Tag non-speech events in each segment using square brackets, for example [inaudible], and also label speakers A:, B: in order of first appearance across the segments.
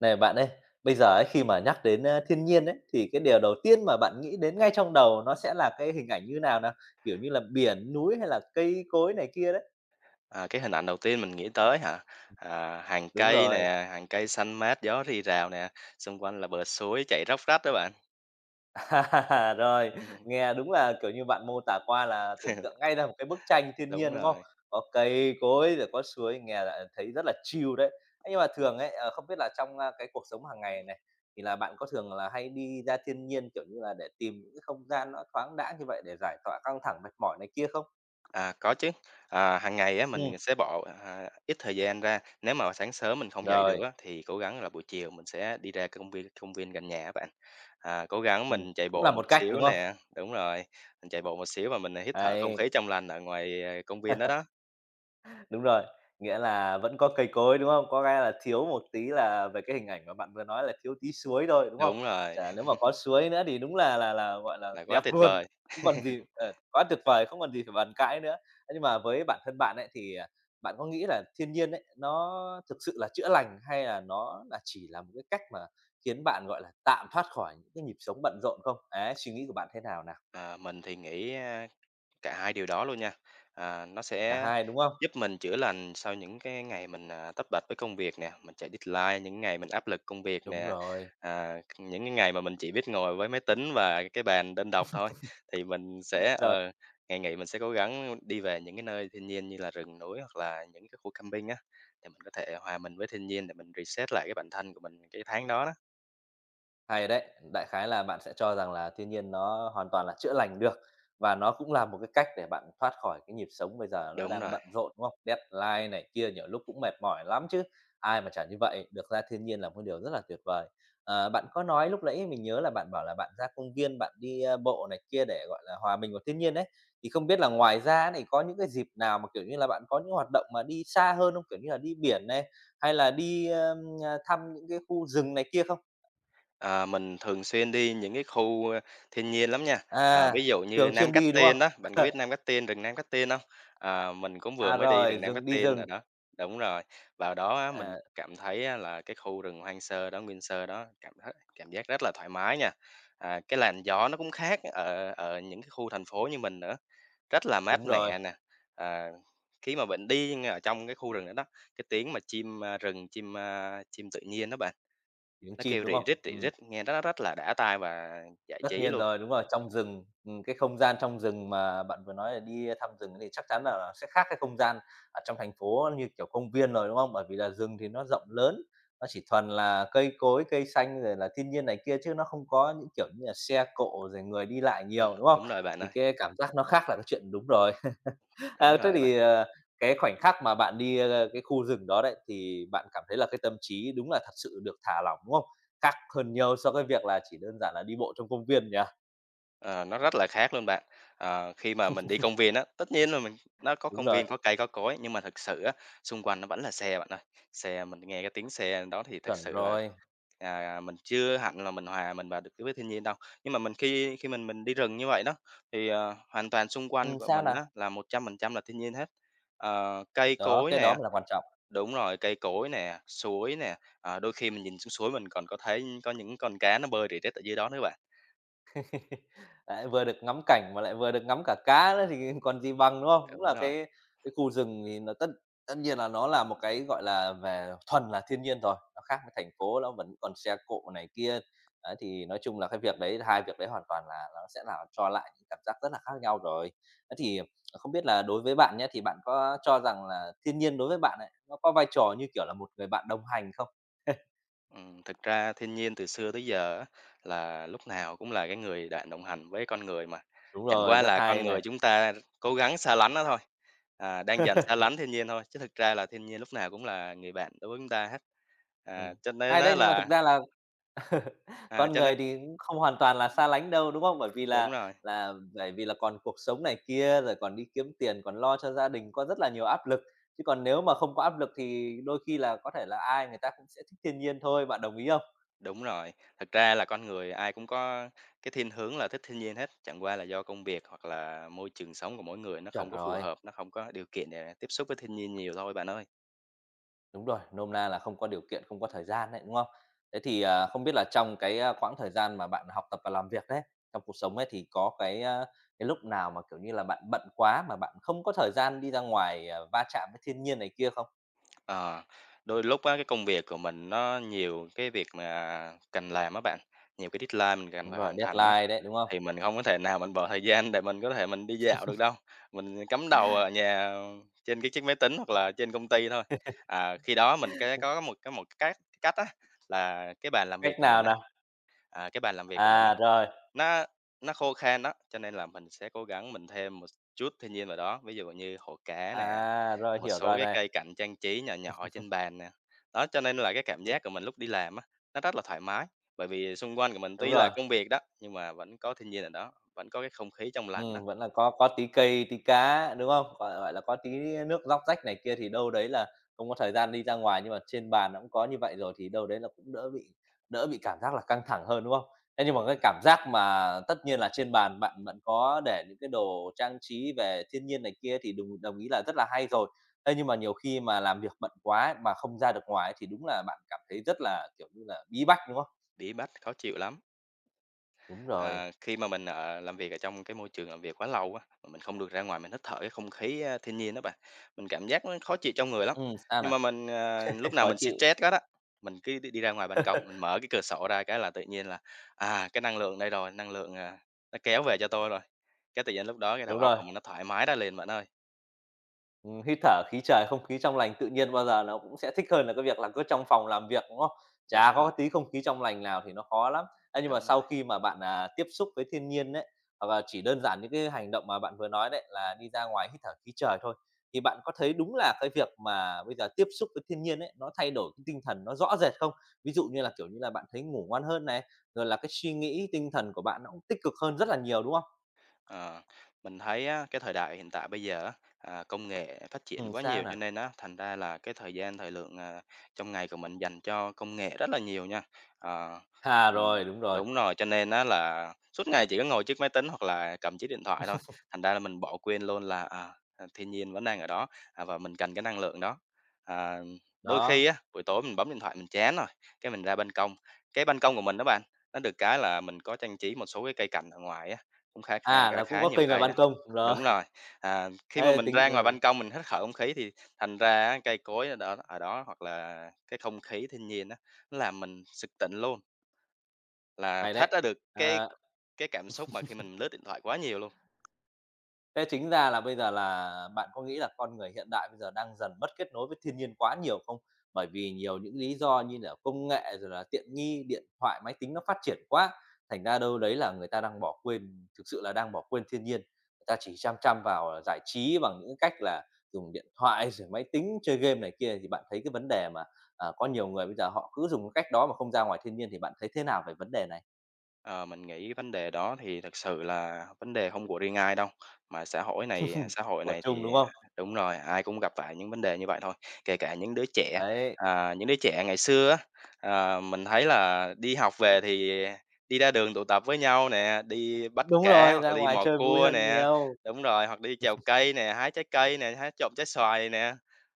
A: Này bạn ơi, bây giờ ấy, khi mà nhắc đến, thiên nhiên ấy, thì cái điều đầu tiên mà bạn nghĩ đến ngay trong đầu nó sẽ là cái hình ảnh như nào nào? Kiểu như là biển, núi hay là cây cối này kia đấy?
B: À, cái hình ảnh đầu tiên mình nghĩ tới hả? À, hàng
A: Đúng
B: cây
A: rồi.
B: nè, hàng cây xanh mát, gió rì rào nè, xung quanh là bờ suối chảy róc rách đó bạn.
A: [laughs] À, rồi,
B: Ừm,
A: nghe đúng là, kiểu như, bạn mô tả qua là tưởng tượng
B: [laughs]
A: ngay ra một cái bức tranh thiên
B: đúng
A: nhiên, đúng không?
B: rồi.
A: Có cây cối rồi có suối, nghe là thấy rất là chill đấy. Thế nhưng mà thường ấy, không biết là trong, cái cuộc sống hàng ngày này, thì là bạn có thường là hay đi ra thiên nhiên, kiểu như là, để tìm những cái không gian nó thoáng đãng như vậy để giải tỏa căng thẳng, mệt mỏi này kia không?
B: À, có chứ. À, hàng ngày á,
A: Ừm,
B: mình sẽ bỏ, ít thời gian ra, nếu mà sáng sớm mình không dậy được
A: rồi,
B: á, thì cố gắng là buổi chiều mình sẽ đi ra công viên gần nhà á bạn. À, cố gắng
A: ừm,
B: mình chạy
A: cũng
B: bộ
A: là
B: một
A: một cách,
B: xíu
A: đúng không?
B: nè, đúng rồi, mình chạy bộ một xíu và mình hít thở không
A: Đấy,
B: khí trong lành ở ngoài, công viên đó đó.
A: đúng rồi, nghĩa là vẫn có cây cối, đúng không? Có cái là thiếu một tí là về cái hình ảnh mà bạn vừa nói là thiếu tí suối thôi, đúng không?
B: Đúng rồi,
A: Chả nếu mà
B: [laughs]
A: có suối nữa thì đúng là, gọi là,
B: là quá
A: đẹp
B: tuyệt
A: luôn,
B: vời.
A: không còn gì quá tuyệt vời, không còn gì phải bàn cãi nữa. Thế nhưng mà với bản thân bạn ấy thì, bạn có nghĩ là thiên nhiên ấy, nó thực sự là chữa lành hay là nó là chỉ là một cái cách mà khiến bạn, gọi là, tạm thoát khỏi những cái nhịp sống bận rộn không? Ấy, suy nghĩ của bạn thế nào nào?
B: À, mình thì nghĩ, cả hai điều đó luôn nha. À, nó
A: Cả
B: sẽ
A: hai, đúng không?
B: giúp mình chữa lành sau những cái ngày mình, tất bật với công việc nè, mình chạy deadline, những ngày mình áp lực công việc
A: Đúng
B: nè,
A: rồi,
B: những cái ngày mà mình chỉ biết ngồi với máy tính và cái bàn đơn độc thôi. Thì mình sẽ,
A: ờ,
B: ngày nghỉ mình sẽ cố gắng đi về những cái nơi thiên nhiên như là rừng núi hoặc là những cái khu camping á, thì mình có thể hòa mình với thiên nhiên để mình reset lại cái bản thân của mình cái tháng đó đó.
A: hay đấy, đại khái là bạn sẽ cho rằng là thiên nhiên nó hoàn toàn là chữa lành được và nó cũng là một cái cách để bạn thoát khỏi cái nhịp sống bây giờ nó
B: Đúng
A: đang
B: rồi.
A: bận rộn, đúng không? Deadline này kia nhiều lúc cũng mệt mỏi lắm chứ, ai mà chả như vậy, được ra thiên nhiên là một điều rất là tuyệt vời. Ờ, bạn có nói lúc nãy mình nhớ là bạn bảo là bạn ra công viên, bạn đi, bộ này kia để, gọi là, hòa mình vào thiên nhiên đấy. Thì không biết là ngoài ra này có những cái dịp nào mà, kiểu như là, bạn có những hoạt động mà đi xa hơn không? Kiểu như là đi biển này, hay là đi, thăm những cái khu rừng này kia không?
B: Ờ, mình thường xuyên đi những cái khu, thiên nhiên lắm nha. À,
A: À,
B: ví dụ như
A: thường
B: Nam
A: xuyên
B: Cát
A: đi, đúng không?
B: Tiên đó, bạn có biết Nam Cát Tiên, rừng Nam Cát Tiên không? Ờ, mình cũng vừa
A: À,
B: mới đi
A: rồi,
B: rừng Nam
A: rừng
B: Cát
A: đi
B: Tiên
A: rừng,
B: rồi đó. Đúng rồi, vào đó á, mình
A: à,
B: cảm thấy á là cái khu rừng hoang sơ đó, nguyên sơ đó, cảm thấy cảm giác rất là thoải mái nha. À, cái làn gió nó cũng khác ở ở những cái khu thành phố như mình nữa, rất là mát
A: đúng rồi,
B: mẻ nè. À, khi mà bạn đi ở trong cái khu rừng đó đó, cái tiếng mà chim, rừng, chim, chim tự nhiên đó bạn,
A: tiếng
B: nó
A: chim,
B: kêu
A: đúng không?
B: rỉ rít, nghe nó rất là đã tai và giải
A: Tất
B: trí
A: nhiên
B: luôn.
A: rồi, đúng rồi, trong rừng, cái không gian trong rừng mà bạn vừa nói là đi thăm rừng thì chắc chắn là sẽ khác cái không gian ở trong thành phố như kiểu công viên rồi, đúng không? Bởi vì là rừng thì nó rộng lớn, nó chỉ thuần là cây cối, cây xanh rồi là thiên nhiên này kia chứ nó không có những, kiểu như là, xe cộ rồi người đi lại nhiều, đúng không?
B: Đúng rồi bạn
A: Thì
B: ơi,
A: cái cảm giác nó khác là cái chuyện đúng rồi.
B: đúng
A: À, thế
B: rồi á bạn.
A: thì, cái khoảnh khắc mà bạn đi, cái khu rừng đó đấy, thì bạn cảm thấy là cái tâm trí đúng là thật sự được thả lỏng, đúng không? Khác hơn nhiều so với việc là chỉ đơn giản là đi bộ trong công viên nhỉ?
B: Ờ, nó rất là khác luôn bạn. Ờ, khi mà mình đi công viên á, tất nhiên là mình nó có
A: Đúng
B: công
A: rồi,
B: viên, có cây, có cối, nhưng mà thực sự á, xung quanh nó vẫn là xe bạn ơi. Xe mình nghe cái tiếng xe đó thì thực
A: chuẩn
B: sự là,
A: rồi.
B: mình chưa hẳn là mình hòa mình vào được với thiên nhiên đâu. Nhưng mà mình khi khi mình đi rừng như vậy đó, thì, hoàn toàn xung quanh của
A: Sao
B: mình
A: nào?
B: á là 100% là thiên nhiên hết. Ờ, cây
A: Đó,
B: cối
A: cái đó
B: nè,
A: mới là quan trọng.
B: đúng rồi, cây cối nè, suối nè, đôi khi mình nhìn xuống suối mình còn có thấy có những con cá nó bơi rỉ rết ở dưới đó nữa bạn.
A: [laughs] Đấy, vừa được ngắm cảnh mà lại vừa được ngắm cả cá nữa thì [laughs] còn gì bằng, đúng không? Đúng
B: Đúng
A: là
B: rồi,
A: cái khu rừng thì nó tất tất nhiên là nó là một cái, gọi là, về thuần là thiên nhiên rồi, nó khác với thành phố, nó vẫn còn xe cộ này kia. Đấy, thì nói chung là cái việc đấy hai việc đấy hoàn toàn là nó sẽ là cho lại những cảm giác rất là khác nhau rồi. Thế thì không biết là đối với bạn nhé thì bạn có cho rằng là thiên nhiên đối với bạn ấy, nó có vai trò như kiểu là một người bạn đồng hành không? [laughs]
B: thực ra thiên nhiên từ xưa tới giờ á, là lúc nào cũng là cái người đã đồng hành với con người mà,
A: Đúng
B: chẳng
A: rồi,
B: qua
A: rất
B: là con
A: hay
B: người
A: này.
B: chúng ta cố gắng xa lánh nó thôi, đang dần xa
A: [laughs]
B: lánh thiên nhiên thôi, chứ thực ra là thiên nhiên lúc nào cũng là người bạn đối với chúng ta hết. À,
A: Ừm,
B: cho nên
A: hay
B: á
A: đấy, nhưng mà thực
B: là
A: ra là
B: à,
A: con
B: cho
A: người
B: nên
A: thì cũng không hoàn toàn là xa lánh đâu, đúng không? Bởi vì
B: đúng
A: là
B: rồi.
A: là bởi vì là còn cuộc sống này kia, rồi còn đi kiếm tiền, còn lo cho gia đình, có rất là nhiều áp lực. Chứ còn nếu mà không có áp lực thì đôi khi là có thể là ai người ta cũng sẽ thích thiên nhiên thôi, bạn đồng ý không?
B: Đúng rồi, thật ra là con người ai cũng có cái thiên hướng là thích thiên nhiên hết, chẳng qua là do công việc hoặc là môi trường sống của mỗi người nó
A: Chuẩn
B: không có phù
A: rồi,
B: hợp, nó không có điều kiện để tiếp xúc với thiên nhiên nhiều thôi bạn ơi.
A: đúng rồi, nôm na là không có điều kiện, không có thời gian đấy, đúng không? Thế thì, không biết là trong cái, quãng thời gian mà bạn học tập và làm việc đấy, trong cuộc sống ấy thì có cái lúc nào mà, kiểu như là, bạn bận quá mà bạn không có thời gian đi ra ngoài, va chạm với thiên nhiên này kia không?
B: Ờ, đôi lúc á, cái công việc của mình nó nhiều cái việc mà cần làm á bạn, nhiều cái deadline mình cần
A: Đúng
B: phải
A: rồi,
B: hoàn thành á,
A: deadline đấy, đúng không?
B: thì mình không có thể nào mình bỏ thời gian để mình có thể đi dạo được đâu. Mình cắm đầu ở nhà trên cái chiếc máy tính hoặc là trên công ty thôi. À, khi đó mình
A: [laughs]
B: có một cái cách cách á là cái bàn làm việc
A: Cách
B: của mình.
A: nào nào?
B: À, cái bàn làm việc của mình á,
A: À, rồi,
B: nó nó khô khan đó, cho nên là mình sẽ cố gắng mình thêm một chút thiên nhiên vào đó, ví dụ như hồ cá nè,
A: à, rồi,
B: một
A: hiểu
B: số
A: rồi
B: cái
A: này.
B: cây cảnh trang trí nhỏ nhỏ trên bàn nè. Đó, cho nên là cái cảm
A: Đ
B: giác của mình lúc đi làm á, nó rất là thoải mái, bởi vì xung quanh của mình
A: Đúng
B: tuy là
A: rồi.
B: công việc đó, nhưng mà vẫn có thiên nhiên ở đó, vẫn có cái không khí trong lành đó.
A: Vẫn là có tí cây, tí cá, đúng không? Gọi gọi là, có tí nước róc rách này kia thì đâu đấy là không có thời gian đi ra ngoài, nhưng mà trên bàn nó cũng có như vậy rồi thì đâu đấy là cũng đỡ bị cảm giác là căng thẳng hơn, đúng không? Thế nhưng mà
B: Đúng
A: cái
B: rồi,
A: cảm giác mà tất nhiên là trên bàn bạn bạn có để những cái đồ trang trí về thiên nhiên này kia thì đồng đồng ý là rất là hay rồi. Thế nhưng mà nhiều khi mà làm việc bận quá ấy, mà không ra được ngoài ấy thì đúng là bạn cảm thấy rất là, kiểu như là, bí bách, đúng không?
B: bí bách, khó chịu lắm.
A: Đúng rồi.
B: Ờ, khi mà mình, làm việc ở trong cái môi trường làm việc quá lâu á, mà mình không được ra ngoài mình hít thở cái không khí, thiên nhiên đó bạn, mình cảm giác nó khó chịu trong người lắm.
A: Sao
B: Nhưng
A: nào?
B: mà mình, lúc
A: [laughs]
B: nào
A: Khó
B: mình
A: chịu.
B: stress hết đó, mình cứ đi đi ra ngoài ban công, mình
A: [laughs]
B: mở cái cửa sổ ra cái là tự nhiên là, cái năng lượng đây rồi, năng lượng, nó kéo về cho tôi rồi. Cái tự nhiên lúc đó cái đầu
A: Đúng
B: óc
A: rồi.
B: của mình nó thoải mái ra liền bạn ơi.
A: Hít thở khí trời, không khí trong lành tự nhiên bao giờ nó cũng sẽ thích hơn là cái việc là cứ trong phòng làm việc, đúng không? Chả
B: Đúng rồi,
A: có tí không khí trong lành nào thì nó khó lắm. Thế nhưng mà
B: đúng rồi.
A: sau khi mà bạn, tiếp xúc với thiên nhiên đấy hoặc là chỉ đơn giản những cái hành động mà bạn vừa nói đấy là đi ra ngoài hít thở khí trời thôi, thì bạn có thấy đúng là cái việc mà bây giờ tiếp xúc với thiên nhiên ấy, nó thay đổi cái tinh thần nó rõ rệt không? Ví dụ như là, kiểu như là, bạn thấy ngủ ngon hơn này, rồi là cái suy nghĩ tinh thần của bạn nó cũng tích cực hơn rất là nhiều, đúng không?
B: Ờ, mình thấy á, cái thời đại hiện tại bây giờ á, công nghệ phát triển
A: Ừ,
B: quá
A: sao
B: nhiều cho
A: nào?
B: nên á, thành ra là cái thời gian, thời lượng, trong ngày của mình dành cho công nghệ rất là nhiều nha. Ờ,
A: À,
B: ừm,
A: rồi, đúng rồi,
B: đúng rồi, cho nên á là suốt ngày chỉ có ngồi trước máy tính hoặc là cầm chiếc điện thoại thôi, thành ra là mình bỏ quên luôn là, thiên nhiên vẫn đang ở đó, và mình cần cái năng lượng đó. À, đôi khi
A: đó.
B: á, buổi tối mình bấm điện thoại mình chán rồi, cái mình ra ban công, cái ban công của mình đó bạn, nó được cái là mình có trang trí một số cái cây cảnh ở ngoài á. Cũng khá khá
A: À,
B: khá
A: là cũng
B: khá
A: có
B: nhiều
A: cây ngoài
B: cây
A: ban
B: đó.
A: công, rồi,
B: Đúng rồi,
A: [laughs]
B: khi mà
A: thế thì
B: mình
A: tính
B: ra ngoài ban công mình hít thở không khí thì thành ra á, cây cối ở đó hoặc là cái không khí thiên nhiên á, nó làm mình sực tỉnh luôn, là
A: hay
B: thoát
A: đấy.
B: ra được
A: Ờ,
B: cái cảm xúc mà khi mình lướt điện thoại quá nhiều luôn.
A: thế chính ra là bây giờ là bạn có nghĩ là con người hiện đại bây giờ đang dần mất kết nối với thiên nhiên quá nhiều không? Bởi vì nhiều những lý do như là công nghệ rồi là tiện nghi, điện thoại, máy tính nó phát triển quá, thành ra đâu đấy là người ta đang bỏ quên thực sự là đang bỏ quên thiên nhiên. Người ta chỉ chăm chăm vào, giải trí bằng những cách là dùng điện thoại [laughs] rồi máy tính, chơi game này kia, thì bạn thấy cái vấn đề mà, có nhiều người bây giờ họ cứ dùng cái cách đó mà không ra ngoài thiên nhiên thì bạn thấy thế nào về vấn đề này?
B: Ờ, mình nghĩ vấn đề đó thì thực sự là vấn đề không của riêng ai đâu, mà xã hội
A: Của
B: này
A: chung,
B: thì
A: đúng không?
B: đúng rồi, ai cũng gặp phải những vấn đề như vậy thôi, kể cả những đứa trẻ.
A: Đấy,
B: À, những đứa trẻ ngày xưa á, mình thấy là đi học về thì đi ra đường tụ tập với nhau nè, đi bắt
A: đúng
B: cá
A: rồi,
B: hoặc
A: ra
B: là đi
A: ngoài
B: mò
A: chơi vui
B: cua
A: hơn
B: nè,
A: nhiều,
B: đúng rồi, hoặc đi trèo cây nè, hái trái cây nè, hái trộm trái xoài nè.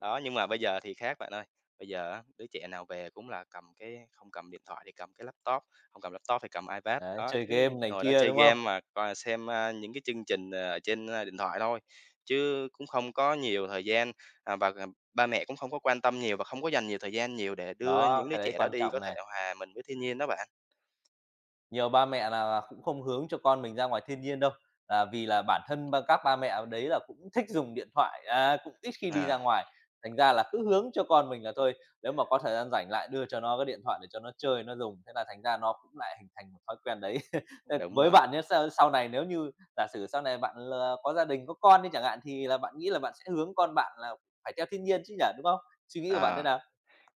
B: Đó, nhưng mà bây giờ thì khác bạn ơi. Bây giờ á, đứa trẻ nào về cũng là cầm cái không cầm điện thoại thì cầm cái laptop, không cầm laptop thì cầm iPad,
A: đấy,
B: đó,
A: chơi
B: cứ
A: game này
B: ngồi đó
A: kia,
B: chơi
A: đúng
B: game
A: không?
B: mà coi xem, những cái chương trình, ở trên, điện thoại thôi, chứ cũng không có nhiều thời gian, và, ba mẹ cũng không có quan tâm nhiều và không có dành nhiều thời gian nhiều để đưa những
A: Đó,
B: đứa
A: cái đấy
B: trẻ đó
A: quan
B: đi có
A: trọng
B: thể
A: này.
B: hòa mình với thiên nhiên đó bạn.
A: Nhiều ba mẹ là cũng không hướng cho con mình ra ngoài thiên nhiên đâu, là vì là bản thân các ba mẹ đấy là cũng thích dùng điện thoại, cũng ít khi đi
B: Ờ,
A: ra ngoài. Thành ra là cứ hướng cho con mình là thôi, nếu mà có thời gian rảnh lại đưa cho nó cái điện thoại để cho nó chơi, nó dùng, thế là thành ra nó cũng lại hình thành một thói quen đấy. [laughs] Ờ,
B: đúng
A: với
B: rồi,
A: bạn nhá, sau sau này nếu như giả sử sau này bạn là có gia đình, có con đi chẳng hạn, thì là bạn nghĩ là bạn sẽ hướng con bạn là phải theo thiên nhiên chứ nhỉ, đúng không? Suy nghĩ của bạn thế
B: ờ.
A: nào?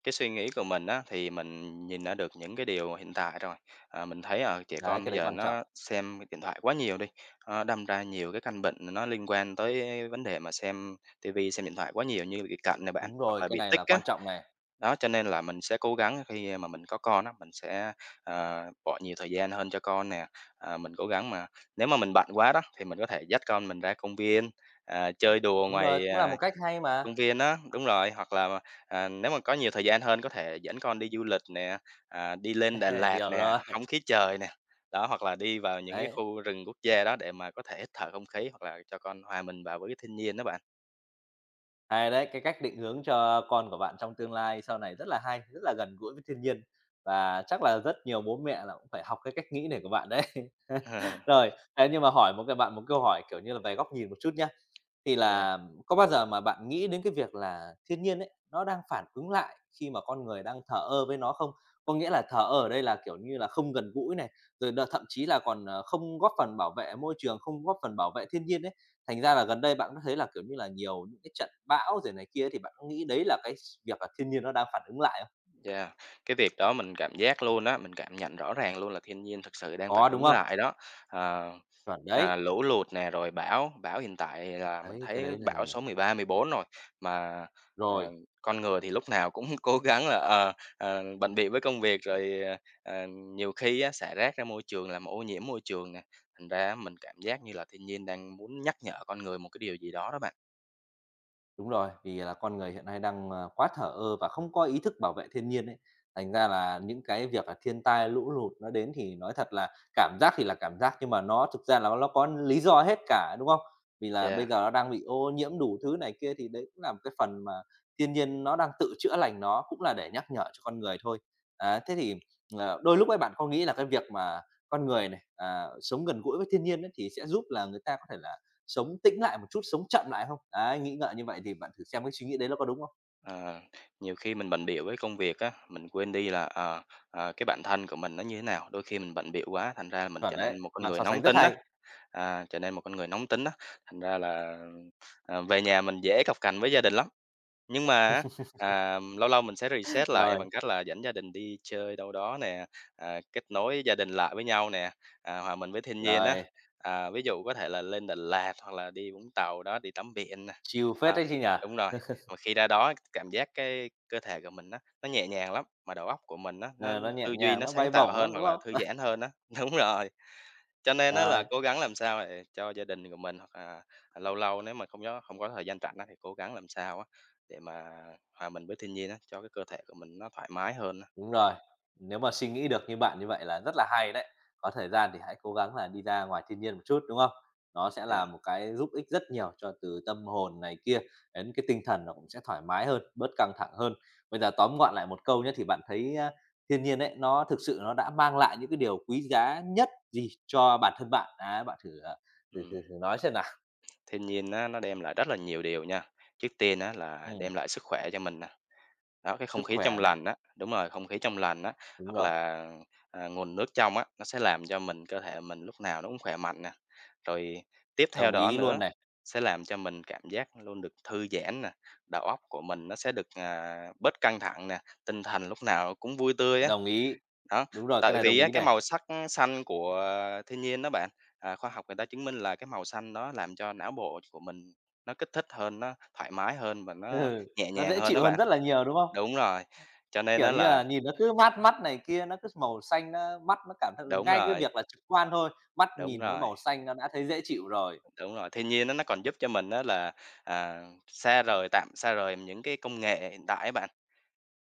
B: Cái suy nghĩ của mình á, thì mình nhìn ra được những cái điều hiện tại rồi. À, mình thấy, ở trẻ
A: Đấy,
B: con
A: cái
B: bây
A: đấy
B: giờ
A: quan trọng.
B: nó xem cái điện thoại quá nhiều đi, nó đâm ra nhiều cái căn bệnh nó liên quan tới vấn đề mà xem tivi xem điện thoại quá nhiều như bị cận này bạn,
A: Đúng
B: hoặc
A: rồi,
B: là
A: cái
B: bị
A: này
B: tic
A: là
B: á.
A: quan trọng này.
B: Đó, cho nên là mình sẽ cố gắng khi mà mình có con á, mình sẽ, bỏ nhiều thời gian hơn cho con nè. À, mình cố gắng mà nếu mà mình bận quá đó, thì mình có thể dắt con mình ra công viên, chơi đùa
A: Đúng rồi,
B: ngoài,
A: cũng là một cách hay mà.
B: công viên á, đúng rồi, hoặc là, nếu mà có nhiều thời gian hơn có thể dẫn con đi du lịch nè, đi lên Đà
A: Hề,
B: Lạt
A: hiểu
B: nè,
A: rồi.
B: không khí trời nè, đó, hoặc là đi vào những cái
A: Đấy,
B: khu rừng quốc gia đó để mà có thể hít thở không khí, hoặc là cho con hòa mình vào với cái thiên nhiên đó bạn.
A: hay đấy, cái cách định hướng cho con của bạn trong tương lai sau này rất là hay, rất là gần gũi với thiên nhiên và chắc là rất nhiều bố mẹ là cũng phải học cái cách nghĩ này của bạn đấy. [laughs]
B: [laughs]
A: Rồi, thế nhưng mà hỏi một cái bạn một câu hỏi, kiểu như là, về góc nhìn một chút nhá. Thì
B: Yeah.
A: là có bao giờ mà bạn nghĩ đến cái việc là thiên nhiên ấy, nó đang phản ứng lại khi mà con người đang thờ ơ với nó không? Có nghĩa là thờ ơ ở đây là, kiểu như là, không gần gũi này, rồi thậm chí là còn, không góp phần bảo vệ môi trường, không góp phần bảo vệ thiên nhiên ấy. Thành ra là gần đây bạn có thấy là, kiểu như là, nhiều những cái trận bão rồi này kia thì bạn có nghĩ đấy là cái việc là thiên nhiên nó đang phản ứng lại không?
B: Dạ, cái việc đó mình cảm giác luôn á, mình cảm nhận rõ ràng luôn là thiên nhiên thực sự đang phản
A: Có, đúng
B: ứng
A: không?
B: lại đó. Ờ,
A: Chuẩn đấy.
B: Lũ lụt nè, rồi bão, bão hiện tại là mình
A: Đấy, cái
B: thấy
A: đấy là
B: bão số 13 14 rồi mà ờ,
A: rồi.
B: con người thì lúc nào cũng [laughs] cố gắng là bận bịu với công việc rồi ờ, nhiều khi á, xả rác ra môi trường làm ô nhiễm môi trường nè. Thành ra mình cảm giác như là thiên nhiên đang muốn nhắc nhở con người một cái điều gì đó đó bạn.
A: Đúng rồi, vì là con người hiện nay đang, quá thờ ơ và không có ý thức bảo vệ thiên nhiên ấy. Thành ra là những cái việc là thiên tai, lũ lụt nó đến thì nói thật là cảm giác thì là cảm giác, nhưng mà nó thực ra là nó có lý do hết cả, đúng không? Vì là bây
B: Yeah.
A: giờ nó đang bị ô nhiễm đủ thứ này kia, thì đấy cũng là một cái phần mà thiên nhiên nó đang tự chữa lành nó, cũng là để nhắc nhở cho con người thôi. Á, thế thì, đôi lúc ấy bạn có nghĩ là cái việc mà con người này, sống gần gũi với thiên nhiên ấy, thì sẽ giúp là người ta có thể là sống tĩnh lại một chút, sống chậm lại không? Đấy, nghĩ ngợi như vậy thì bạn thử xem cái suy nghĩ đấy nó có đúng không?
B: À, nhiều khi mình bận bịu với công việc á, mình quên đi là, cái bản thân của mình nó như thế nào. Đôi khi mình bận bịu quá, thành ra là mình trở
A: Chuẩn
B: nên
A: đấy,
B: một con
A: bạn
B: người
A: so
B: nóng
A: sánh rất
B: tính á,
A: hay.
B: à, trở nên một con người nóng tính á, thành ra là, về nhà mình dễ cọc cành với gia đình lắm. Nhưng mà á, à, lâu lâu mình sẽ reset lại
A: Rồi,
B: bằng cách là dẫn gia đình đi chơi đâu đó nè, à, kết nối gia đình lại với nhau nè, à, hòa mình với thiên nhiên á.
A: rồi,
B: À, ví dụ có thể là lên Đà Lạt hoặc là đi Vũng Tàu đó, đi tắm biển nè.
A: chiều phết
B: Đó,
A: đấy chứ nhỉ?
B: đúng rồi, mà khi ra đó cảm giác cái cơ thể của mình á, nó nhẹ nhàng lắm, mà đầu óc của mình á, nó
A: Ờ, nó nhẹ
B: tư duy
A: nhàng,
B: nó
A: nó
B: sáng
A: bay
B: tạo
A: bổng
B: hơn
A: lắm,
B: hoặc
A: đúng
B: là
A: không?
B: thư giãn
A: [laughs]
B: hơn á. [laughs] Đúng rồi. Cho nên á là
A: Rồi.
B: cố gắng làm sao để cho gia đình của mình hoặc là à, lâu lâu nếu mà không có thời gian rảnh á, thì cố gắng làm sao á để mà hòa mình với thiên nhiên á, cho cái cơ thể của mình nó thoải mái hơn á.
A: Đúng rồi, nếu mà suy nghĩ được như bạn như vậy là rất là hay đấy. Có thời gian thì hãy cố gắng là đi ra ngoài thiên nhiên một chút, đúng không? Nó sẽ là
B: Yeah,
A: một cái giúp ích rất nhiều cho từ tâm hồn này kia đến cái tinh thần nó cũng sẽ thoải mái hơn, bớt căng thẳng hơn. Bây giờ tóm gọn lại một câu nhé, thì bạn thấy, a, thiên nhiên ấy, nó thực sự nó đã mang lại những cái điều quý giá nhất gì cho bản thân bạn? Á, bạn thử, thử
B: ừm.
A: thử thử nói xem nào.
B: Thiên nhiên á, nó đem lại rất là nhiều điều nha. Trước tiên á, là
A: Ừm,
B: đem lại sức khỏe cho mình nè. Đó, cái không
A: sức
B: khí trong
A: khỏe này,
B: lành á, đúng rồi, không khí trong lành á,
A: đúng
B: hoặc
A: rồi,
B: là, à, nguồn nước trong á, nó sẽ làm cho mình cơ thể mình lúc nào nó cũng khỏe mạnh nè. Rồi tiếp theo
A: đồng
B: đó
A: ý luôn
B: nữa,
A: này,
B: sẽ làm cho mình cảm giác luôn được thư giãn nè, đầu óc của mình nó sẽ được, à, bớt căng thẳng nè, tinh thần lúc nào cũng vui tươi á.
A: đồng ý.
B: Đó,
A: Đúng rồi, cái
B: tại
A: này
B: vì
A: đồng
B: á
A: ý
B: cái
A: này.
B: màu sắc xanh của thiên nhiên đó bạn, à, khoa học người ta chứng minh là cái màu xanh đó làm cho não bộ của mình nó kích thích hơn, nó thoải mái hơn và nó
A: Ừ,
B: nhẹ
A: nó
B: nhàng
A: dễ
B: hơn đó
A: chịu hơn
B: bạn.
A: rất là nhiều, đúng không?
B: Đúng rồi, cho nên
A: Kiểu
B: á
A: như
B: là
A: là, nhìn nó cứ mát mắt này kia, nó cứ màu xanh nó mắt nó cảm thấy ừ,
B: đúng
A: ngay cái
B: rồi,
A: việc là trực quan thôi, mắt
B: đúng
A: nhìn với
B: rồi,
A: màu xanh nó đã thấy dễ chịu rồi.
B: đúng rồi, thiên nhiên á nó còn giúp cho mình đó là, à, xa rời tạm xa rời những cái công nghệ hiện tại á bạn.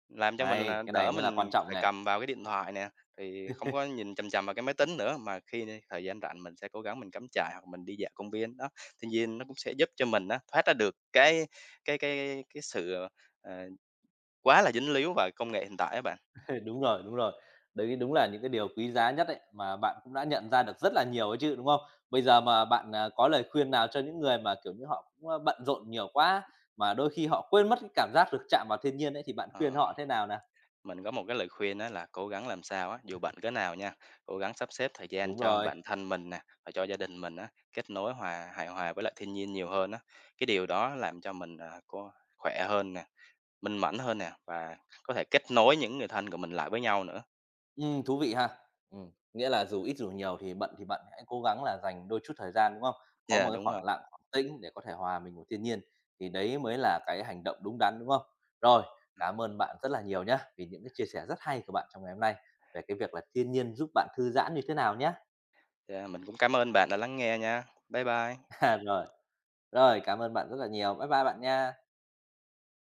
B: Làm cho mình là
A: Hay, cái
B: đỡ
A: này mới là quan
B: mình
A: trọng
B: phải
A: này.
B: cầm vào cái điện thoại nè, thì không có nhìn chằm chằm vào cái máy tính nữa, mà khi đi thời gian rảnh mình sẽ cố gắng mình cắm trại hoặc mình đi dạo công viên, đó. Tuy nhiên nó cũng sẽ giúp cho mình á, thoát ra được cái cái sự, ờ, quá là dính líu vào công nghệ hiện tại các bạn.
A: [laughs] Đúng rồi, đúng rồi. Đấy đúng là những cái điều quý giá nhất ấy, mà bạn cũng đã nhận ra được rất là nhiều ấy chứ, đúng không? Bây giờ mà bạn, có lời khuyên nào cho những người mà, kiểu như, họ cũng, bận rộn nhiều quá, mà đôi khi họ quên mất cái cảm giác được chạm vào thiên nhiên ấy, thì bạn khuyên
B: Ờ,
A: họ thế nào nè?
B: mình có một cái lời khuyên đó là cố gắng làm sao á, dù bận cỡ nào nha, cố gắng sắp xếp thời gian
A: Đúng
B: cho
A: rồi.
B: bản thân mình nè, và cho gia đình mình á, kết nối hòa hài hòa với lại thiên nhiên nhiều hơn á. Cái điều đó làm cho mình, à, có khỏe hơn nè. Minh mẫn hơn nè, và có thể kết nối những người thân của mình lại với nhau nữa.
A: Thú vị ha. Nghĩa là dù ít dù nhiều thì bận, hãy cố gắng là dành đôi chút thời gian, đúng không? Có
B: Yeah,
A: một cái
B: đúng rồi.
A: khoảng lặng, khoảng tĩnh để có thể hòa mình vào thiên nhiên, thì đấy mới là cái hành động đúng đắn, đúng không? Rồi, cảm ơn bạn rất là nhiều nhá, vì những cái chia sẻ rất hay của bạn trong ngày hôm nay về cái việc là thiên nhiên giúp bạn thư giãn như thế nào nhá.
B: Yeah, mình cũng cảm ơn bạn đã lắng nghe nha. Bye bye.
A: [laughs] Rồi, rồi, cảm ơn bạn rất là nhiều. Bye bye bạn nha.